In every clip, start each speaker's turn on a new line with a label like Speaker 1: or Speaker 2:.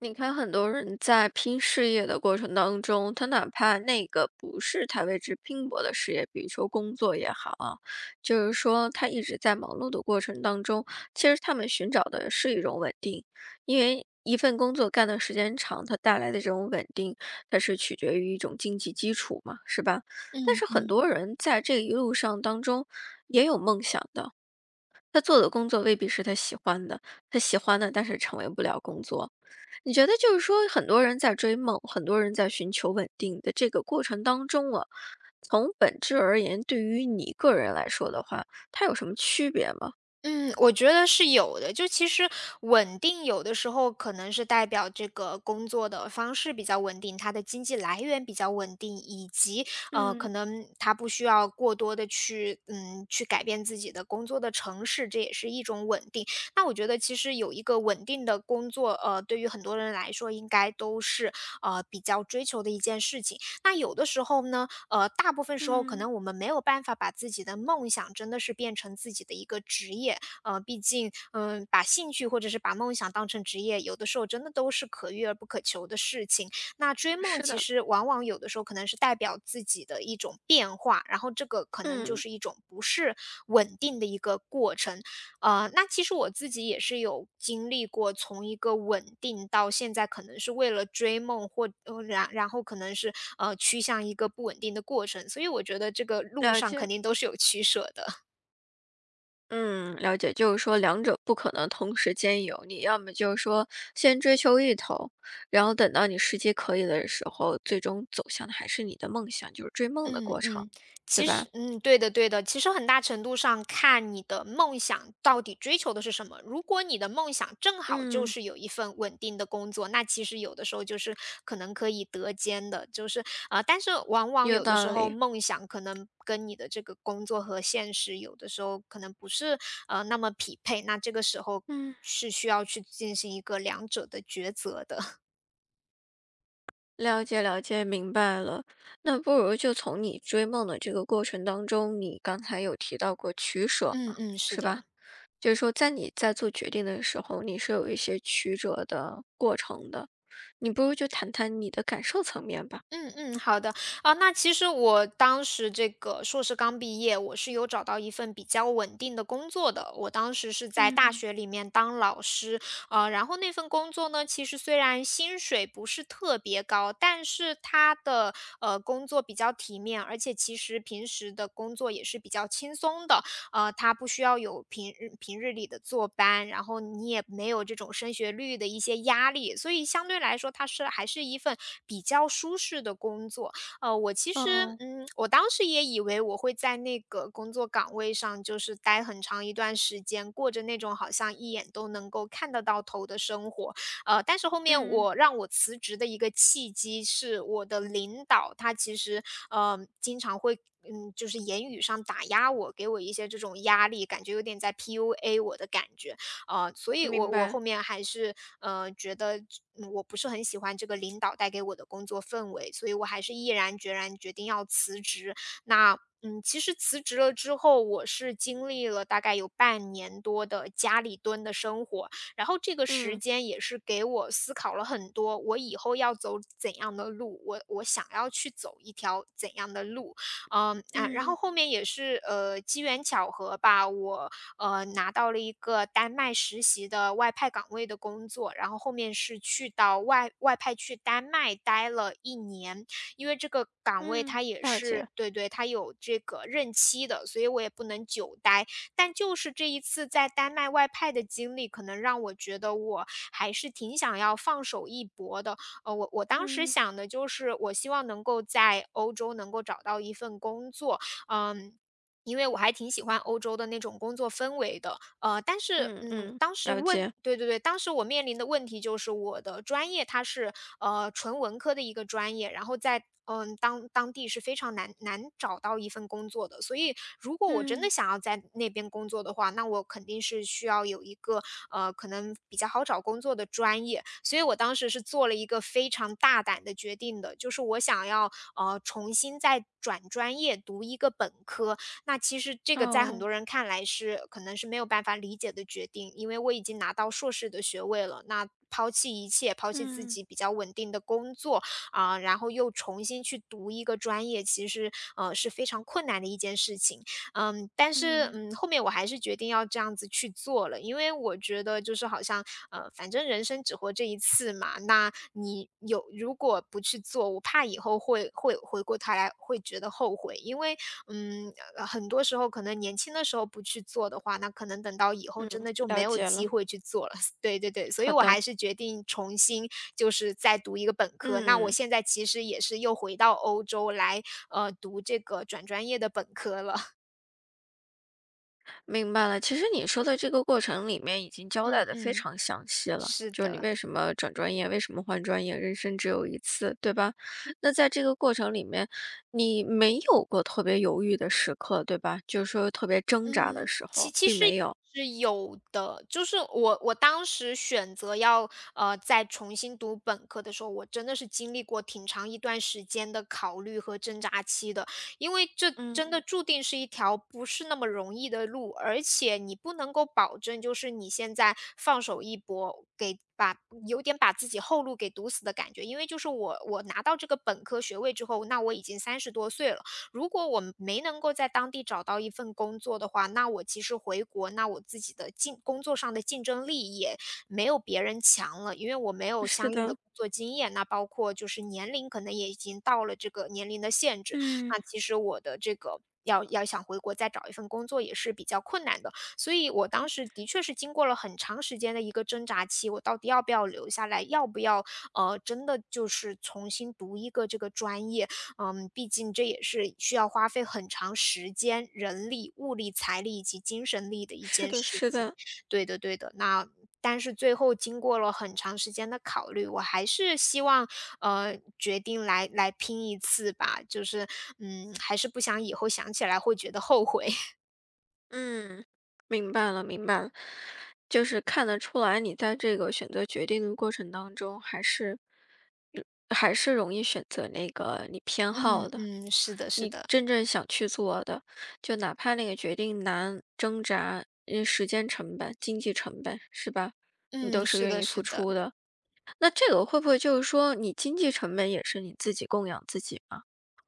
Speaker 1: 你看，很多人在拼事业的过程当中，他哪怕那个不是他为之拼搏的事业，比如说工作也好啊，就是说他一直在忙碌的过程当中，其实他们寻找的是一种稳定，因为一份工作干的时间长，它带来的这种稳定，它是取决于一种经济基础嘛，是吧？但
Speaker 2: 嗯
Speaker 1: 是很
Speaker 2: 嗯
Speaker 1: 多人在这一路上当中也有梦想的，他做的工作未必是他喜欢的，他喜欢的，但是成为不了工作。你觉得就是说，很多人在追梦，很多人在寻求稳定的这个过程当中啊，从本质而言，对于你个人来说的话，它有什么区别吗？
Speaker 2: 嗯，我觉得是有的。就其实稳定有的时候可能是代表这个工作的方式比较稳定，它的经济来源比较稳定，以及可
Speaker 1: 嗯
Speaker 2: 能他不需要过多的去去改变自己的工作的城市，这也是一种稳定。那我觉得其实有一个稳定的工作，对于很多人来说应该都是比较追求的一件事情。那有的时候呢，大部分时候可
Speaker 1: 嗯，
Speaker 2: 能我们没有办法把自己的梦想真的是变成自己的一个职业，毕竟，把兴趣或者是把梦想当成职业，有的时候真的都是可遇而不可求的事情。那追梦
Speaker 1: 是
Speaker 2: 其
Speaker 1: 的，
Speaker 2: 实往往有的时候可能是代表自己的一种变化，然后这个可能就
Speaker 1: 嗯，
Speaker 2: 是一种不是稳定的一个过程。那其实我自己也是有经历过，从一个稳定到现在可能是为了追梦或然后可能是，趋向一个不稳定的过程，所以我觉得这个路
Speaker 1: 了
Speaker 2: 上
Speaker 1: 解。
Speaker 2: 肯定都是有取舍的。
Speaker 1: 嗯，了解，就是说两者不可能同时兼有，你要么就是说先追求一头，然后等到你时机可以的时候，最终走向的还是你的梦想，就是追梦的
Speaker 2: 嗯
Speaker 1: 过程，
Speaker 2: 嗯，
Speaker 1: 对
Speaker 2: 其
Speaker 1: 吧？
Speaker 2: 实对的对的，其实很大程度上看你的梦想到底追求的是什么。如果你的梦想正好就
Speaker 1: 嗯，
Speaker 2: 是有一份稳定的工作，那其实有的时候就是可能可以得兼的，就是但是往往
Speaker 1: 有
Speaker 2: 有的时
Speaker 1: 道
Speaker 2: 候
Speaker 1: 理，
Speaker 2: 梦想可能跟你的这个工作和现实有的时候可能不是那么匹配，那这个时候
Speaker 1: 嗯。
Speaker 2: 是需要去进行一个两者的抉择的。
Speaker 1: 了解了解，明白了。那不如就从你追梦的这个过程当中，你刚才有提到过取舍
Speaker 2: 嗯
Speaker 1: 嘛，
Speaker 2: 嗯，是
Speaker 1: 是吧？
Speaker 2: 的。
Speaker 1: 就是说，在你在做决定的时候，你是有一些曲折的过程的。你不如就谈谈你的感受层面吧。
Speaker 2: 嗯嗯，好的。啊，那其实我当时这个硕士刚毕业，我是有找到一份比较稳定的工作的。我当时是在大
Speaker 1: 嗯，
Speaker 2: 学里面当老师，然后那份工作呢，其实虽然薪水不是特别高，但是它的工作比较体面，而且其实平时的工作也是比较轻松的。它不需要有平日里的坐班，然后你也没有这种升学率的一些压力，所以相对来说它是还是一份比较舒适的工作。我其实，
Speaker 1: 哦，
Speaker 2: 我当时也以为我会在那个工作岗位上就是待很长一段时间，过着那种好像一眼都能够看得到头的生活。但是后面
Speaker 1: 嗯，
Speaker 2: 我让我辞职的一个契机是我的领导，他其实，经常会就是言语上打压我，给我一些这种压力，感觉有点在 PUA 我的感觉。所以
Speaker 1: 明
Speaker 2: 我
Speaker 1: 白。
Speaker 2: 后面还是，觉得我不是很喜欢这个领导带给我的工作氛围，所以我还是毅然决然决定要辞职。那其实辞职了之后，我是经历了大概有半年多的家里蹲的生活，然后这个时
Speaker 1: 嗯
Speaker 2: 间也是给我思考了很多，我以后要走怎样的路，我想要去走一条怎样的路，然后
Speaker 1: 嗯
Speaker 2: 后面也是机缘巧合吧，我拿到了一个丹麦实习的外派岗位的工作，然后后面是去到外派去丹麦待了一年，因为这个岗位
Speaker 1: 嗯，
Speaker 2: 它也
Speaker 1: 了
Speaker 2: 是
Speaker 1: 解。
Speaker 2: 对对，它有这个任期的，所以我也不能久待。但就是这一次在丹麦外派的经历，可能让我觉得我还是挺想要放手一搏的。我当时
Speaker 1: 嗯
Speaker 2: 想的就是，我希望能够在欧洲能够找到一份工作，嗯。因为我还挺喜欢欧洲的那种工作氛围的，但是，
Speaker 1: 嗯嗯，
Speaker 2: 当时
Speaker 1: 了
Speaker 2: 问
Speaker 1: 解。
Speaker 2: 对对对，当时我面临的问题就是我的专业它是，纯文科的一个专业，然后在，当地是非常难找到一份工作的。所以如果我真的
Speaker 1: 嗯，
Speaker 2: 想要在那边工作的话，那我肯定是需要有一个，可能比较好找工作的专业。所以我当时是做了一个非常大胆的决定的，就是我想要，重新再转专业读一个本科，那其实这个在很
Speaker 1: 哦，
Speaker 2: 多人看来是可能是没有办法理解的决定，因为我已经拿到硕士的学位了，那抛弃一切，抛弃自
Speaker 1: 嗯
Speaker 2: 己比较稳定的工作啊、然后又重新去读一个专业，其实是非常困难的一件事情。但是，
Speaker 1: 嗯
Speaker 2: 后面我还是决定要这样子去做了，因为我觉得就是好像，反正人生只活这一次嘛，那你如果不去做，我怕以后会回过头来会觉得后悔，因为，很多时候可能年轻的时候不去做的话，那可能等到以后
Speaker 1: 嗯，
Speaker 2: 真的就
Speaker 1: 了
Speaker 2: 没有
Speaker 1: 解
Speaker 2: 机
Speaker 1: 了。
Speaker 2: 会去做了。对对对，所以
Speaker 1: 好
Speaker 2: 我
Speaker 1: 的。
Speaker 2: 还是决定重新就是再读一个本科。那我
Speaker 1: 嗯。
Speaker 2: 现在其实也是又回到欧洲来，读这个转专业的本科了。
Speaker 1: 明白了，其实你说的这个过程里面已经交代
Speaker 2: 嗯
Speaker 1: 的非
Speaker 2: 嗯。
Speaker 1: 常详细了，
Speaker 2: 是
Speaker 1: 就是你
Speaker 2: 的。
Speaker 1: 为什么转专业，为什么换专业，人生只有一次，对吧？那在这个过程里面，你没有过特别犹豫的时刻，对吧？就是说特别挣扎的
Speaker 2: 嗯，
Speaker 1: 时
Speaker 2: 其
Speaker 1: 候，
Speaker 2: 其
Speaker 1: 并
Speaker 2: 实
Speaker 1: 没有。
Speaker 2: 是有的，就是我当时选择要，再重新读本科的时候，我真的是经历过挺长一段时间的考虑和挣扎期的。因为这
Speaker 1: 嗯，
Speaker 2: 真的注定是一条不是那么容易的路，而且你不能够保证就是你现在放手一搏，有点把自己后路给堵死的感觉。因为就是我拿到这个本科学位之后，那我已经三十多岁了。如果我没能够在当地找到一份工作的话，那我其实回国，那我自己的工作上的竞争力也没有别人强了，因为我没有
Speaker 1: 是
Speaker 2: 相应的
Speaker 1: 的，
Speaker 2: 工作经验，那包括就是年龄可能也已经到了这个年龄的限制，
Speaker 1: 嗯，
Speaker 2: 那其实我的这个要想回国再找一份工作也是比较困难的。所以我当时的确是经过了很长时间的一个挣扎期，我到底要不要留下来，要不要真的就是重新读一个这个专业？毕竟这也是需要花费很长时间、人力、物力、财力以及精神力的一
Speaker 1: 是
Speaker 2: 件
Speaker 1: 的，
Speaker 2: 事
Speaker 1: 是
Speaker 2: 情。
Speaker 1: 的，
Speaker 2: 对的对的，那但是最后经过了很长时间的考虑，我还是希望，决定来拼一次吧，就是，还是不想以后想起来会觉得后悔。
Speaker 1: 嗯，明白了，明白了，就是看得出来，你在这个选择决定的过程当中，还是还是容易选择那个你偏
Speaker 2: 嗯
Speaker 1: 好的。
Speaker 2: 嗯，是的是
Speaker 1: 你
Speaker 2: 的，
Speaker 1: 真正想去做的，就哪怕那个决定难、挣扎、嗯，时间成本、经济成本，是吧？你都
Speaker 2: 嗯，
Speaker 1: 是
Speaker 2: 是
Speaker 1: 愿
Speaker 2: 的
Speaker 1: 意付
Speaker 2: 是的。
Speaker 1: 出的。那这个会不会就是说，你经济成本也是你自己供养自己吗？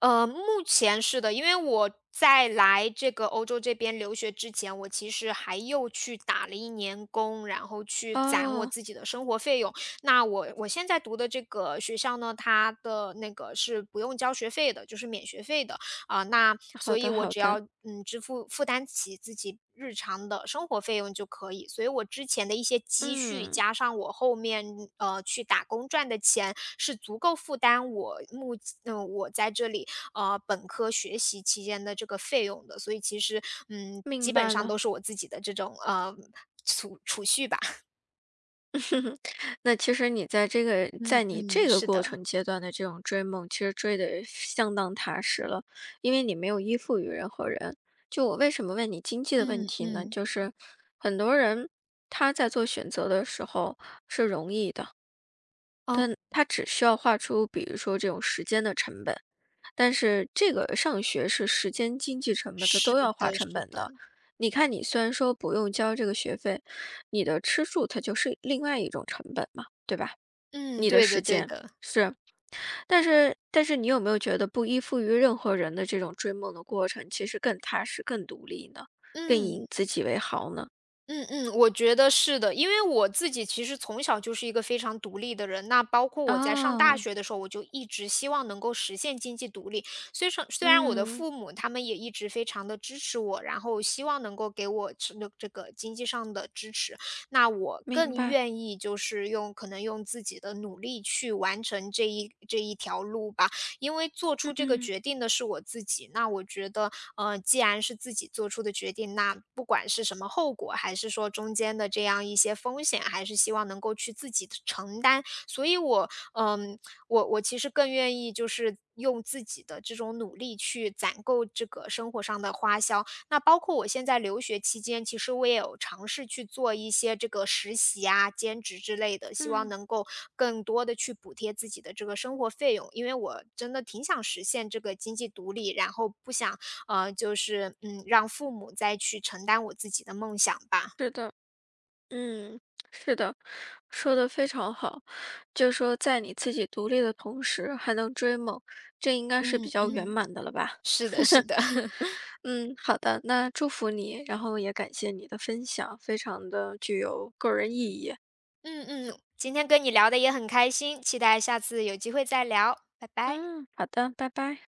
Speaker 2: 目前是的，因为我在来这个欧洲这边留学之前，我其实还又去打了一年工，然后去攒我
Speaker 1: 哦，
Speaker 2: 自己的生活费用。那我现在读的这个学校呢，它的那个是不用交学费的，就是免学费的。啊、那
Speaker 1: 好
Speaker 2: 所以
Speaker 1: 的
Speaker 2: 我
Speaker 1: 好
Speaker 2: 只要
Speaker 1: 的，
Speaker 2: 支付负担起自己日常的生活费用就可以。所以我之前的一些积蓄，
Speaker 1: 嗯，
Speaker 2: 加上我后面去打工赚的钱，是足够负担我目嗯、呃我在这里本科学习期间的这个费用的。所以其实
Speaker 1: 明
Speaker 2: 基本
Speaker 1: 白
Speaker 2: 上
Speaker 1: 了。
Speaker 2: 都是我自己的这种储蓄吧。
Speaker 1: 那其实你在这个在
Speaker 2: 嗯
Speaker 1: 你
Speaker 2: 嗯，
Speaker 1: 这个
Speaker 2: 是
Speaker 1: 过
Speaker 2: 的，
Speaker 1: 程阶段的这种追梦，其实追的相当踏实了，因为你没有依附于任何人。就我为什么问你经济的问
Speaker 2: 嗯
Speaker 1: 题呢？
Speaker 2: 嗯，
Speaker 1: 就是很多人他在做选择的时候是容易的，
Speaker 2: 哦，
Speaker 1: 但他只需要画出比如说这种时间的成本，但是这个上学是时间、经济成本，它
Speaker 2: 是
Speaker 1: 都要
Speaker 2: 的，
Speaker 1: 花成
Speaker 2: 是
Speaker 1: 本的。
Speaker 2: 的，
Speaker 1: 你看，你虽然说不用交这个学费，你的吃住它就是另外一种成本嘛，对吧？
Speaker 2: 嗯，
Speaker 1: 你的
Speaker 2: 对
Speaker 1: 时
Speaker 2: 的，对
Speaker 1: 间，
Speaker 2: 的，
Speaker 1: 是。但是你有没有觉得不依附于任何人的这种追梦的过程，其实更踏实、更独立呢？更
Speaker 2: 嗯。
Speaker 1: 引自己为豪呢？
Speaker 2: 嗯嗯，我觉得是的，因为我自己其实从小就是一个非常独立的人，那包括我在上大
Speaker 1: 哦，
Speaker 2: 学的时候，我就一直希望能够实现经济独立。虽然我的
Speaker 1: 嗯，
Speaker 2: 父母他们也一直非常的支持我，然后希望能够给我这个经济上的支持，那我
Speaker 1: 明
Speaker 2: 更
Speaker 1: 白，
Speaker 2: 愿意就是用可能用自己的努力去完成这一条路吧。因为做出这个
Speaker 1: 嗯
Speaker 2: 决定的是我自己，那我觉得，既然是自己做出的决定，那不管是什么后果，还是说中间的这样一些风险，还是希望能够去自己承担。所以我，我其实更愿意就是用自己的这种努力去攒够这个生活上的花销，那包括我现在留学期间，其实我也有尝试去做一些这个实习啊、兼职之类的，希望
Speaker 1: 嗯，
Speaker 2: 能够更多的去补贴自己的这个生活费用。因为我真的挺想实现这个经济独立，然后不想让父母再去承担我自己的梦想吧。
Speaker 1: 是的，嗯，是的，说的非常好。就说在你自己独立的同时，还能追梦，这应该是比
Speaker 2: 嗯
Speaker 1: 较圆
Speaker 2: 嗯，
Speaker 1: 满的了吧？
Speaker 2: 是的，是的，
Speaker 1: 嗯，好的，那祝福你，然后也感谢你的分享，非常的具有个人意义。
Speaker 2: 嗯嗯，今天跟你聊的也很开心，期待下次有机会再聊，拜拜。
Speaker 1: 嗯，好的，拜拜。